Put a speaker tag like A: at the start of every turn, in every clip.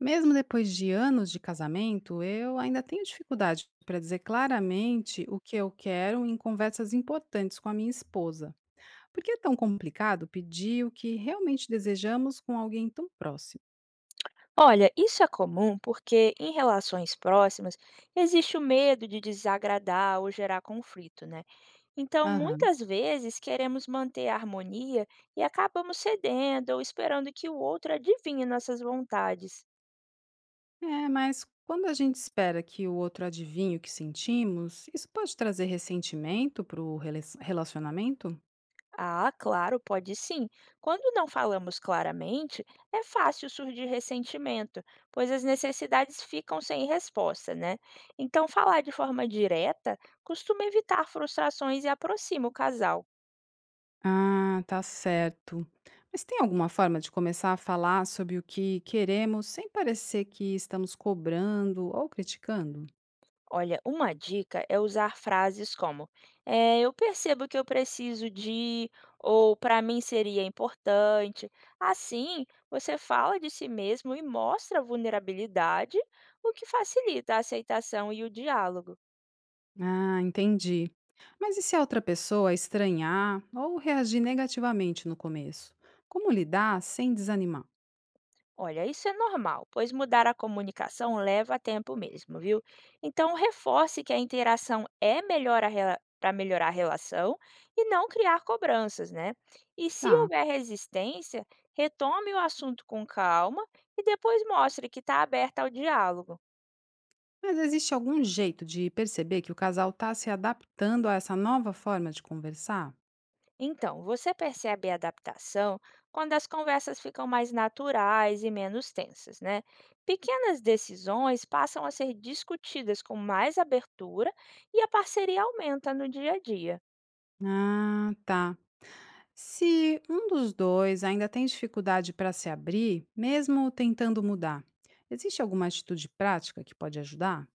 A: Mesmo depois de anos de casamento, eu ainda tenho dificuldade para dizer claramente o que eu quero em conversas importantes com a minha esposa. Por que é tão complicado pedir o que realmente desejamos com alguém tão próximo?
B: Olha, isso é comum porque em relações próximas existe o medo de desagradar ou gerar conflito, né? Então,
A: Aham.
B: muitas vezes queremos manter a harmonia e acabamos cedendo ou esperando que o outro adivinhe nossas vontades.
A: É, mas quando a gente espera que o outro adivinhe o que sentimos, isso pode trazer ressentimento para o relacionamento?
B: Ah, claro, pode sim. Quando não falamos claramente, é fácil surgir ressentimento, pois as necessidades ficam sem resposta, né? Então, falar de forma direta costuma evitar frustrações e aproxima o casal.
A: Ah, tá certo. Mas tem alguma forma de começar a falar sobre o que queremos sem parecer que estamos cobrando ou criticando?
B: Olha, uma dica é usar frases como: eu percebo que eu preciso de, ou para mim seria importante. Assim, você fala de si mesmo e mostra vulnerabilidade, o que facilita a aceitação e o diálogo.
A: Ah, entendi. Mas e se a outra pessoa estranhar ou reagir negativamente no começo? Como lidar sem desanimar?
B: Olha, isso é normal, pois mudar a comunicação leva tempo mesmo, viu? Então, reforce que a interação é melhor para melhorar a relação e não criar cobranças, né? E se
A: Tá.
B: houver resistência, retome o assunto com calma e depois mostre que está aberta ao diálogo.
A: Mas existe algum jeito de perceber que o casal está se adaptando a essa nova forma de conversar?
B: Então, você percebe a adaptação quando as conversas ficam mais naturais e menos tensas, né? Pequenas decisões passam a ser discutidas com mais abertura e a parceria aumenta no dia a dia.
A: Ah, tá. Se um dos dois ainda tem dificuldade para se abrir, mesmo tentando mudar, existe alguma atitude prática que pode ajudar?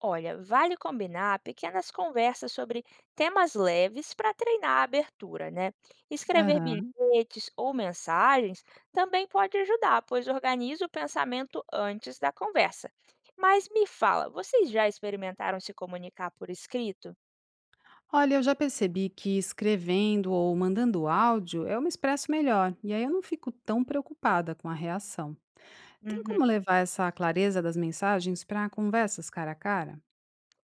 B: Olha, vale combinar pequenas conversas sobre temas leves para treinar a abertura, né? Escrever
A: Aham.
B: bilhetes ou mensagens também pode ajudar, pois organiza o pensamento antes da conversa. Mas me fala, vocês já experimentaram se comunicar por escrito?
A: Olha, eu já percebi que escrevendo ou mandando áudio eu me expresso melhor e aí eu não fico tão preocupada com a reação. Tem
B: Uhum.
A: como levar essa clareza das mensagens para conversas cara a cara?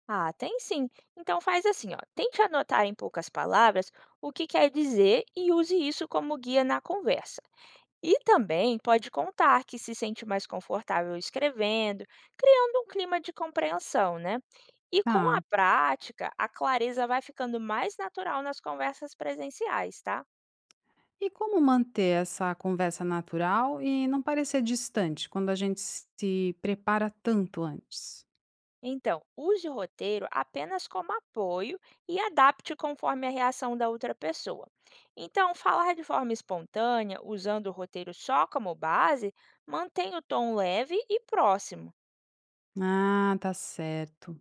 B: Ah, tem sim. Então faz assim, ó. Tente anotar em poucas palavras o que quer dizer e use isso como guia na conversa. E também pode contar que se sente mais confortável escrevendo, criando um clima de compreensão, né? E com a
A: Tá.
B: prática, a clareza vai ficando mais natural nas conversas presenciais, tá?
A: E como manter essa conversa natural e não parecer distante quando a gente se prepara tanto antes?
B: Então, use o roteiro apenas como apoio e adapte conforme a reação da outra pessoa. Então, falar de forma espontânea, usando o roteiro só como base, mantém o tom leve e próximo.
A: Ah, tá certo.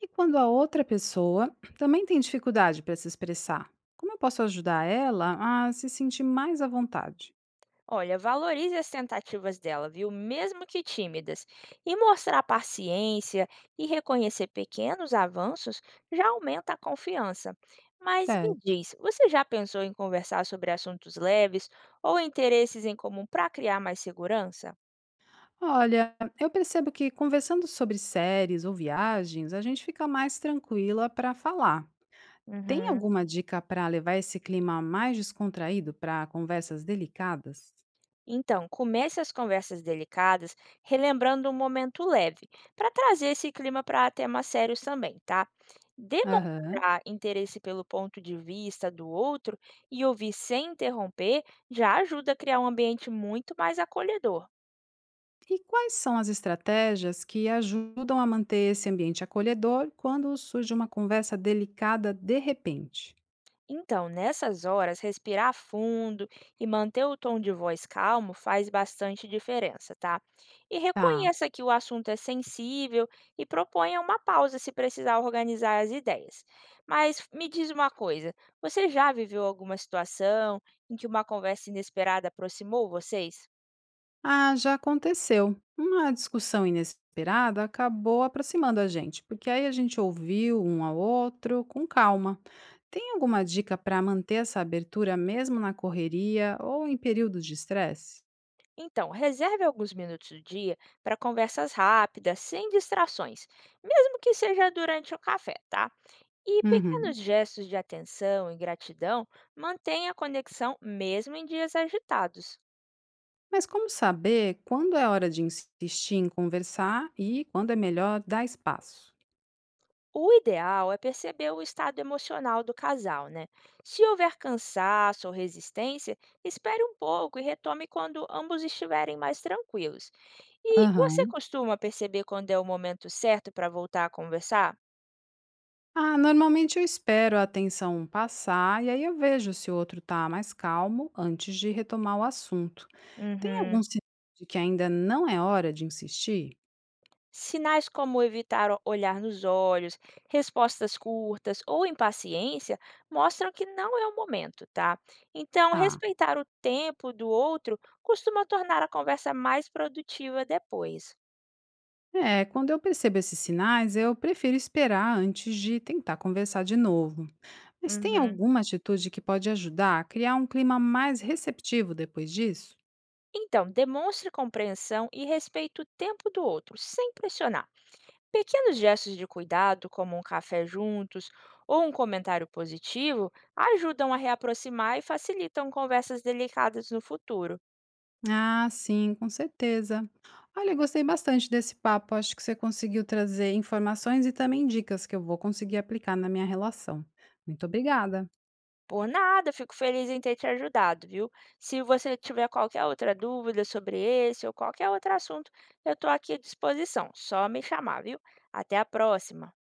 A: E quando a outra pessoa também tem dificuldade para se expressar, como eu posso ajudar ela a se sentir mais à vontade?
B: Olha, valorize as tentativas dela, viu? Mesmo que tímidas. E mostrar paciência e reconhecer pequenos avanços já aumenta a confiança. Mas me
A: Certo.
B: diz, você já pensou em conversar sobre assuntos leves ou interesses em comum para criar mais segurança?
A: Olha, eu percebo que conversando sobre séries ou viagens, a gente fica mais tranquila para falar. Tem
B: Uhum.
A: alguma dica para levar esse clima mais descontraído para conversas delicadas?
B: Então, comece as conversas delicadas relembrando um momento leve, para trazer esse clima para temas sérios também, tá?
A: Aham.
B: Demonstrar interesse pelo ponto de vista do outro e ouvir sem interromper já ajuda a criar um ambiente muito mais acolhedor.
A: E quais são as estratégias que ajudam a manter esse ambiente acolhedor quando surge uma conversa delicada de repente?
B: Então, nessas horas, respirar fundo e manter o tom de voz calmo faz bastante diferença, tá? E
A: Tá.
B: reconheça que o assunto é sensível e proponha uma pausa se precisar organizar as ideias. Mas me diz uma coisa: você já viveu alguma situação em que uma conversa inesperada aproximou vocês?
A: Ah, já aconteceu. Uma discussão inesperada acabou aproximando a gente, porque aí a gente ouviu um ao outro com calma. Tem alguma dica para manter essa abertura mesmo na correria ou em períodos de estresse?
B: Então, reserve alguns minutos do dia para conversas rápidas, sem distrações, mesmo que seja durante o café, tá? E
A: Uhum.
B: pequenos gestos de atenção e gratidão mantêm a conexão mesmo em dias agitados.
A: Mas como saber quando é hora de insistir em conversar e quando é melhor dar espaço?
B: O ideal é perceber o estado emocional do casal, né? Se houver cansaço ou resistência, espere um pouco e retome quando ambos estiverem mais tranquilos. E você
A: Aham.
B: costuma perceber quando é o momento certo para voltar a conversar?
A: Ah, normalmente eu espero a tensão passar e aí eu vejo se o outro está mais calmo antes de retomar o assunto. Tem algum
B: Uhum.
A: sinal de que ainda não é hora de insistir?
B: Sinais como evitar olhar nos olhos, respostas curtas ou impaciência mostram que não é o momento, tá? Então,
A: Tá.
B: respeitar o tempo do outro costuma tornar a conversa mais produtiva depois.
A: É, quando eu percebo esses sinais, eu prefiro esperar antes de tentar conversar de novo. Mas tem
B: Uhum.
A: alguma atitude que pode ajudar a criar um clima mais receptivo depois disso?
B: Então, demonstre compreensão e respeite o tempo do outro, sem pressionar. Pequenos gestos de cuidado, como um café juntos ou um comentário positivo, ajudam a reaproximar e facilitam conversas delicadas no futuro.
A: Ah, sim, com certeza. Olha, gostei bastante desse papo. Acho que você conseguiu trazer informações e também dicas que eu vou conseguir aplicar na minha relação. Muito obrigada.
B: Por nada, fico feliz em ter te ajudado, viu? Se você tiver qualquer outra dúvida sobre esse ou qualquer outro assunto, eu estou aqui à disposição. Só me chamar, viu? Até a próxima!